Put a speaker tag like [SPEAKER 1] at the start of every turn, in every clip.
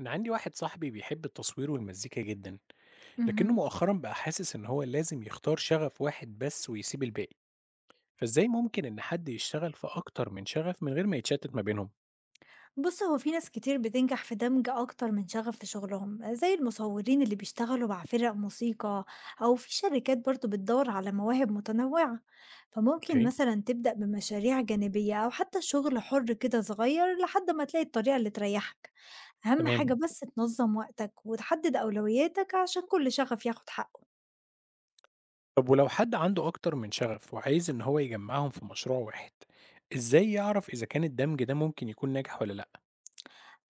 [SPEAKER 1] أنا عندي واحد صاحبي بيحب التصوير والمزيكا جدا، لكنه
[SPEAKER 2] اهم.
[SPEAKER 1] مؤخرا بقى حاسس إن هو لازم يختار شغف واحد بس ويسيب الباقي. فإزاي ممكن إن حد يشتغل في أكتر من شغف من غير ما يتشتت ما بينهم؟
[SPEAKER 2] بُص، هو في ناس كتير بتنجح في دمج أكتر من شغف في شغلهم، زي المصورين اللي بيشتغلوا مع فرق موسيقى، أو في شركات برضه بتدوّر على مواهب متنوعة، فممكن
[SPEAKER 1] اوكي.
[SPEAKER 2] مثلًا تبدأ بمشاريع جانبية أو حتى شغل حُر كده صغير لحد ما تلاقي الطريقة اللي تريحك، أهم حاجة
[SPEAKER 1] تمام.
[SPEAKER 2] بس تنظّم وقتك وتحدد أولوياتك عشان كل شغف ياخد حقه.
[SPEAKER 1] طب ولو حد عنده أكتر من شغف وعايز إن هو يجمعهم في مشروع واحد، إزاي يعرف إذا كان الدمج ده ممكن يكون ناجح ولا لأ؟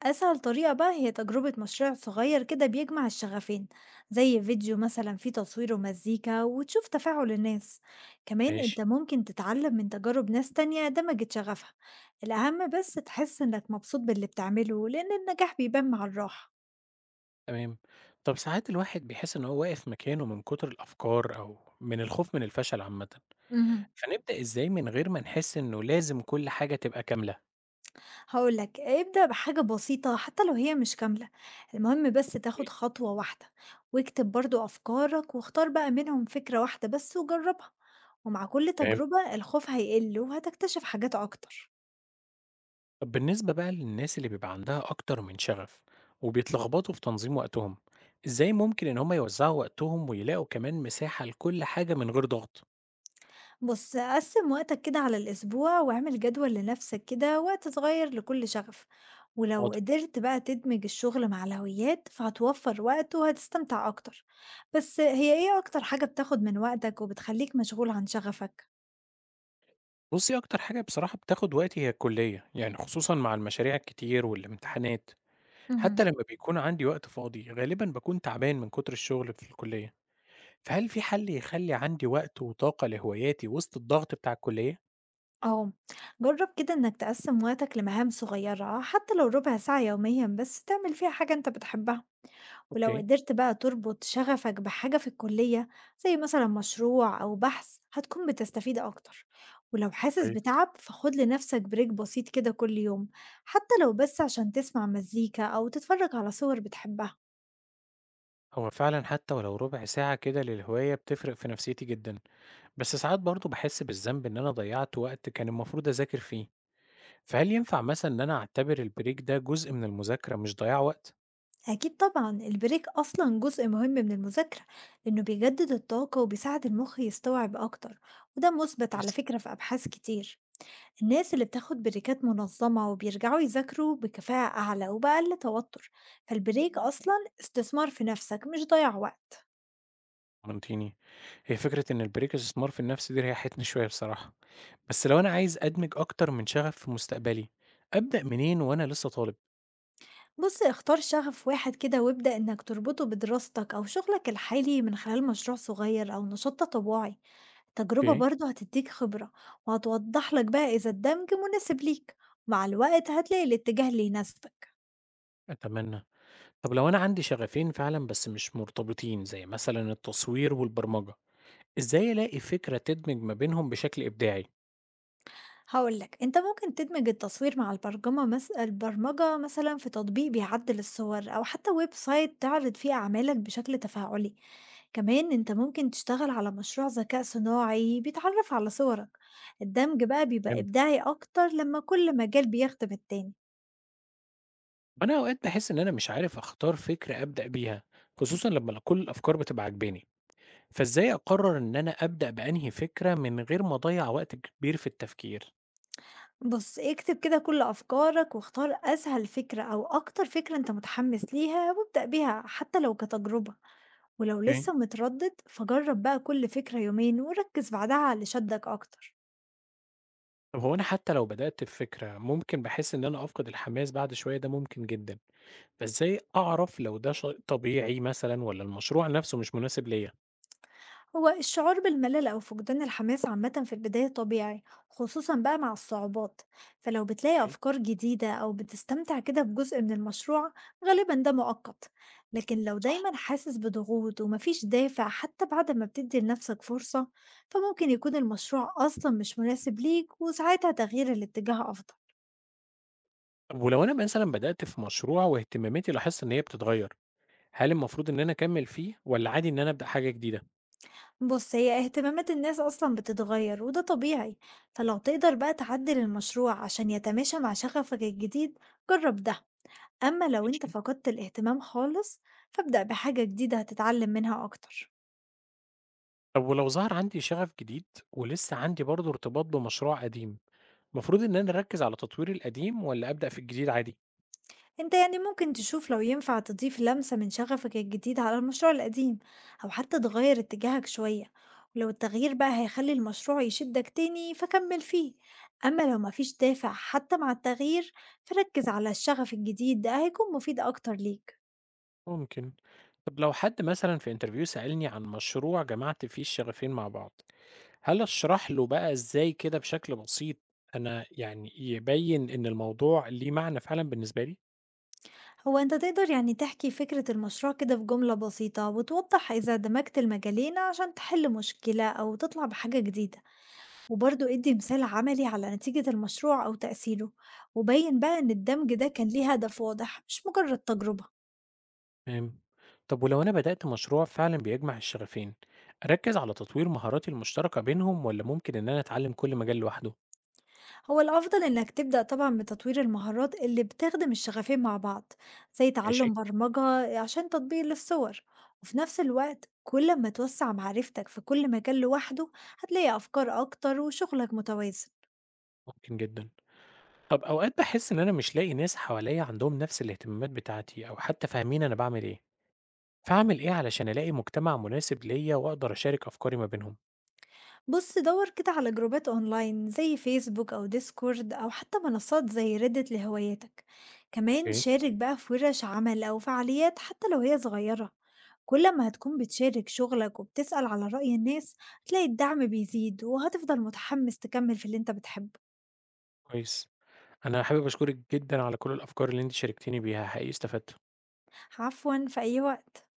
[SPEAKER 2] أسهل طريقة بقى هي تجربة مشروع صغير كده بيجمع الشغفين، زي فيديو مثلا فيه تصوير ومزيكا وتشوف تفاعل الناس. كمان انت
[SPEAKER 1] ماشي.
[SPEAKER 2] ممكن تتعلم من تجارب ناس تانية دمجت شغفها. الأهم بس تحس انك مبسوط باللي بتعمله لأن النجاح بيبان مع الراحة.
[SPEAKER 1] تمام. طب ساعات الواحد بيحس إن هو واقف مكانه من كتر الأفكار أو من الخوف من الفشل عامة،
[SPEAKER 2] مهم.
[SPEAKER 1] فنبدأ إزاي من غير ما نحس إنه لازم كل حاجة تبقى كاملة؟
[SPEAKER 2] هاقول لك، ابدأ بحاجة بسيطة حتى لو هي مش كاملة، المهم بس تاخد خطوة واحدة، واكتب برضه أفكارك واختار بقى منهم فكرة واحدة بس وجربها، ومع كل
[SPEAKER 1] تمام.
[SPEAKER 2] تجربة الخوف هيقل وهتكتشف حاجات أكتر.
[SPEAKER 1] طب بالنسبة بقى للناس اللي بيبقى عندها أكتر من شغف وبيتلخبطوا في تنظيم وقتهم، إزاي ممكن إن هم يوزعوا وقتهم ويلاقوا كمان مساحة لكل حاجة من غير ضغط؟
[SPEAKER 2] بُص، قسّم وقتك كده على الأسبوع واعمل جدول لنفسك، كده وقت صغير لكل شغف، ولو
[SPEAKER 1] واضح.
[SPEAKER 2] قدرت بقى تدمج الشغل مع الهوايات فهتوفر وقت وهتستمتع أكتر. بس هي إيه أكتر حاجة بتاخد من وقتك وبتخليك مشغول عن شغفك؟
[SPEAKER 1] بصي، أكتر حاجة بصراحة بتاخد وقتي هي الكلية، يعني خصوصا مع المشاريع الكتير والامتحانات. حتى
[SPEAKER 2] اهم.
[SPEAKER 1] لما بيكون عندي وقت فاضي غالبا بكون تعبان من كتر الشغل في الكلية، فهل في حل يخلي عندي وقت وطاقة لهواياتي وسط الضغط بتاع الكلية؟
[SPEAKER 2] آه، جرب كده إنك تقسم وقتك لمهام صغيرة حتى لو ربع ساعة يوميا بس تعمل فيها حاجة أنت بتحبها. ولو
[SPEAKER 1] اوكي.
[SPEAKER 2] قدرت بقى تربط شغفك بحاجة في الكلية زي مثلا مشروع أو بحث هتكون بتستفيد أكتر. ولو حاسس بتعب فخد لنفسك بريك بسيط كده كل يوم، حتى لو بس عشان تسمع مزيكا أو تتفرج على صور بتحبها.
[SPEAKER 1] هو فعلا حتى ولو ربع ساعة كده للهواية بتفرق في نفسيتي جدا، بس ساعات برضه بحس بالذنب إن أنا ضيعت وقت كان المفروض أذاكر فيه. فهل ينفع مثلا إن أنا أعتبر البريك ده جزء من المذاكرة مش ضياع وقت؟
[SPEAKER 2] أكيد طبعا البريك أصلا جزء مهم من المذاكرة، لأنه بيجدد الطاقة وبيساعد المخ يستوعب أكتر، وده مثبت على
[SPEAKER 1] كويس.
[SPEAKER 2] فكرة في أبحاث كتير. الناس اللي بتاخد بريكات منظمة وبيرجعوا يذاكروا بكفاءة أعلى وبأقل توتر، فالبريك أصلا استثمار في نفسك مش ضياع وقت.
[SPEAKER 1] منطيني. هي فكرة إن البريك استثمار في النفس دي ريحتني شوية بصراحة. بس لو أنا عايز أدمج أكتر من شغف في مستقبلي، أبدأ منين وأنا لسه طالب؟
[SPEAKER 2] بص، اختار شغف واحد كده وابدأ إنك تربطه بدراستك أو شغلك الحالي من خلال مشروع صغير أو نشاط تطوعي. تجربة
[SPEAKER 1] اوكي.
[SPEAKER 2] برضه هتديك خبرة، وهتوضح لك بقى إذا الدمج مناسب ليك. مع الوقت هتلاقي الاتجاه اللي يناسبك.
[SPEAKER 1] أتمنى. طب لو أنا عندي شغفين فعلا بس مش مرتبطين، زي مثلا التصوير والبرمجة، إزاي ألاقي فكرة تدمج ما بينهم بشكل إبداعي؟
[SPEAKER 2] هقولك انت ممكن تدمج التصوير مع البرمجة البرمجة مثلا في تطبيق بيعدل الصور أو حتى ويب سايت تعرض فيه أعمالك بشكل تفاعلي. كمان انت ممكن تشتغل على مشروع ذكاء صناعي بيتعرف على صورك. الدمج بقى بيبقى
[SPEAKER 1] تمام.
[SPEAKER 2] إبداعي أكتر لما كل مجال بيخدم التاني.
[SPEAKER 1] أنا أوقات باحس إن أنا مش عارف أختار فكرة أبدأ بيها، خصوصًا لما كل الأفكار بتبقى عاجباني، فإزاي أقرر إن أنا أبدأ بأنهي فكرة من غير ما أضيّع وقت كبير في التفكير؟
[SPEAKER 2] بُص، اكتب كده كل أفكارك واختار أسهل فكرة أو أكتر فكرة أنت متحمس ليها وابدأ بيها حتى لو كتجربة، ولو
[SPEAKER 1] أوكي.
[SPEAKER 2] لسه متردد فجرب بقى كل فكرة يومين وركز بعدها على اللي شدك أكتر.
[SPEAKER 1] طب هو أنا حتى لو بدأت بفكرة ممكن باحس إن أنا أفقد الحماس بعد شوية، ده ممكن جدًا، فإزاي أعرف لو ده شيء طبيعي مثلًا والّا المشروع نفسه مش مناسب ليّا؟
[SPEAKER 2] هو الشعور بالملل أو فقدان الحماس عامة في البداية طبيعي، خصوصا بقى مع الصعوبات. فلو بتلاقي
[SPEAKER 1] أوكي.
[SPEAKER 2] أفكار جديدة أو بتستمتع كده بجزء من المشروع غالبا ده مؤقت. لكن لو دايما حاسس بضغوط ومفيش دافع حتى بعد ما بتدي لنفسك فرصة، فممكن يكون المشروع أصلا مش مناسب ليك وساعتها تغيير الاتجاه أفضل.
[SPEAKER 1] طب ولو أنا مثلًا بدأت في مشروع واهتماماتي لاحظت إن هي بتتغير، هل المفروض إن أنا أكمّل فيه والّا عادي إن أنا أبدأ حاجة جديدة؟
[SPEAKER 2] بص، هي اهتمامات الناس أصلا بتتغير وده طبيعي، فلو تقدر بقى تعدل المشروع عشان يتماشى مع شغفك الجديد جرب ده. أما لو أنت
[SPEAKER 1] ماشي.
[SPEAKER 2] فقدت الاهتمام خالص فابدأ بحاجة جديدة هتتعلم منها أكتر.
[SPEAKER 1] طب ولو ظهر عندي شغف جديد ولسه عندي برضه ارتباط بمشروع قديم، المفروض إن أنا أركّز على تطوير القديم والّا أبدأ في الجديد عادي؟
[SPEAKER 2] أنت يعني ممكن تشوف لو ينفع تضيف لمسة من شغفك الجديد على المشروع القديم، أو حتى تغير اتجاهك شوية. ولو التغيير بقى هيخلي المشروع يشدك تاني فكمل فيه. أما لو مفيش دافع حتى مع التغيير فركز على الشغف الجديد، ده هيكون مفيد أكتر ليك.
[SPEAKER 1] ممكن. طب لو حد مثلًا في interview سألني عن مشروع جمعت فيه الشغفين مع بعض، هل أشرح له بقى إزاي كده بشكل بسيط أنا يعني يبيّن إن الموضوع ليه معنى فعلًا بالنسبة لي؟
[SPEAKER 2] هو أنت تقدر يعني تحكي فكرة المشروع كده في جملة بسيطة وتوضح إذا دمجت المجالين عشان تحل مشكلة أو تطلع بحاجة جديدة، وبرضه ادّي مثال عملي على نتيجة المشروع أو تأثيره، وبيّن بقى إن الدمج ده كان ليه هدف واضح مش مجرد تجربة.
[SPEAKER 1] تمام. طب ولو أنا بدأت مشروع فعلا بيجمع الشغفين، أركز على تطوير مهاراتي المشتركة بينهم ولا ممكن إن أنا أتعلم كل مجال لوحده؟
[SPEAKER 2] هو الأفضل إنك تبدأ طبعًا بتطوير المهارات اللي بتخدم الشغفين مع بعض، زي
[SPEAKER 1] ماشي.
[SPEAKER 2] تعلم برمجة عشان تطبيق للصور، وفي نفس الوقت كل أمّا توسّع معرفتك في كل مجال لوحده هتلاقي أفكار أكتر وشغلك متوازن.
[SPEAKER 1] ممكن جدا. طب أوقات بحس إن أنا مش لاقي ناس حواليا عندهم نفس الاهتمامات بتاعتي أو حتى فاهمين أنا بعمل إيه، فأعمل إيه علشان ألاقي مجتمع مناسب ليا وأقدر أشارك أفكاري ما بينهم؟
[SPEAKER 2] بُص، دَوّر كده على جروبات أونلاين زي فيسبوك أو ديسكورد أو حتى منصات زي reddit لهواياتك، كمان
[SPEAKER 1] اوكي.
[SPEAKER 2] شارك بقى في ورش عمل أو فعاليات حتى لو هي صغيرة. كل ما هتكون بتشارك شغلك وبتسأل على رأي الناس هتلاقي الدعم بيزيد وهتفضل متحمس تكمل في اللي أنت بتحبه.
[SPEAKER 1] كويس. أنا حابب أشكرك جدا على كل الأفكار اللي أنت شاركتني بيها، حقيقي استفدت.
[SPEAKER 2] عفوًا، في أي وقت.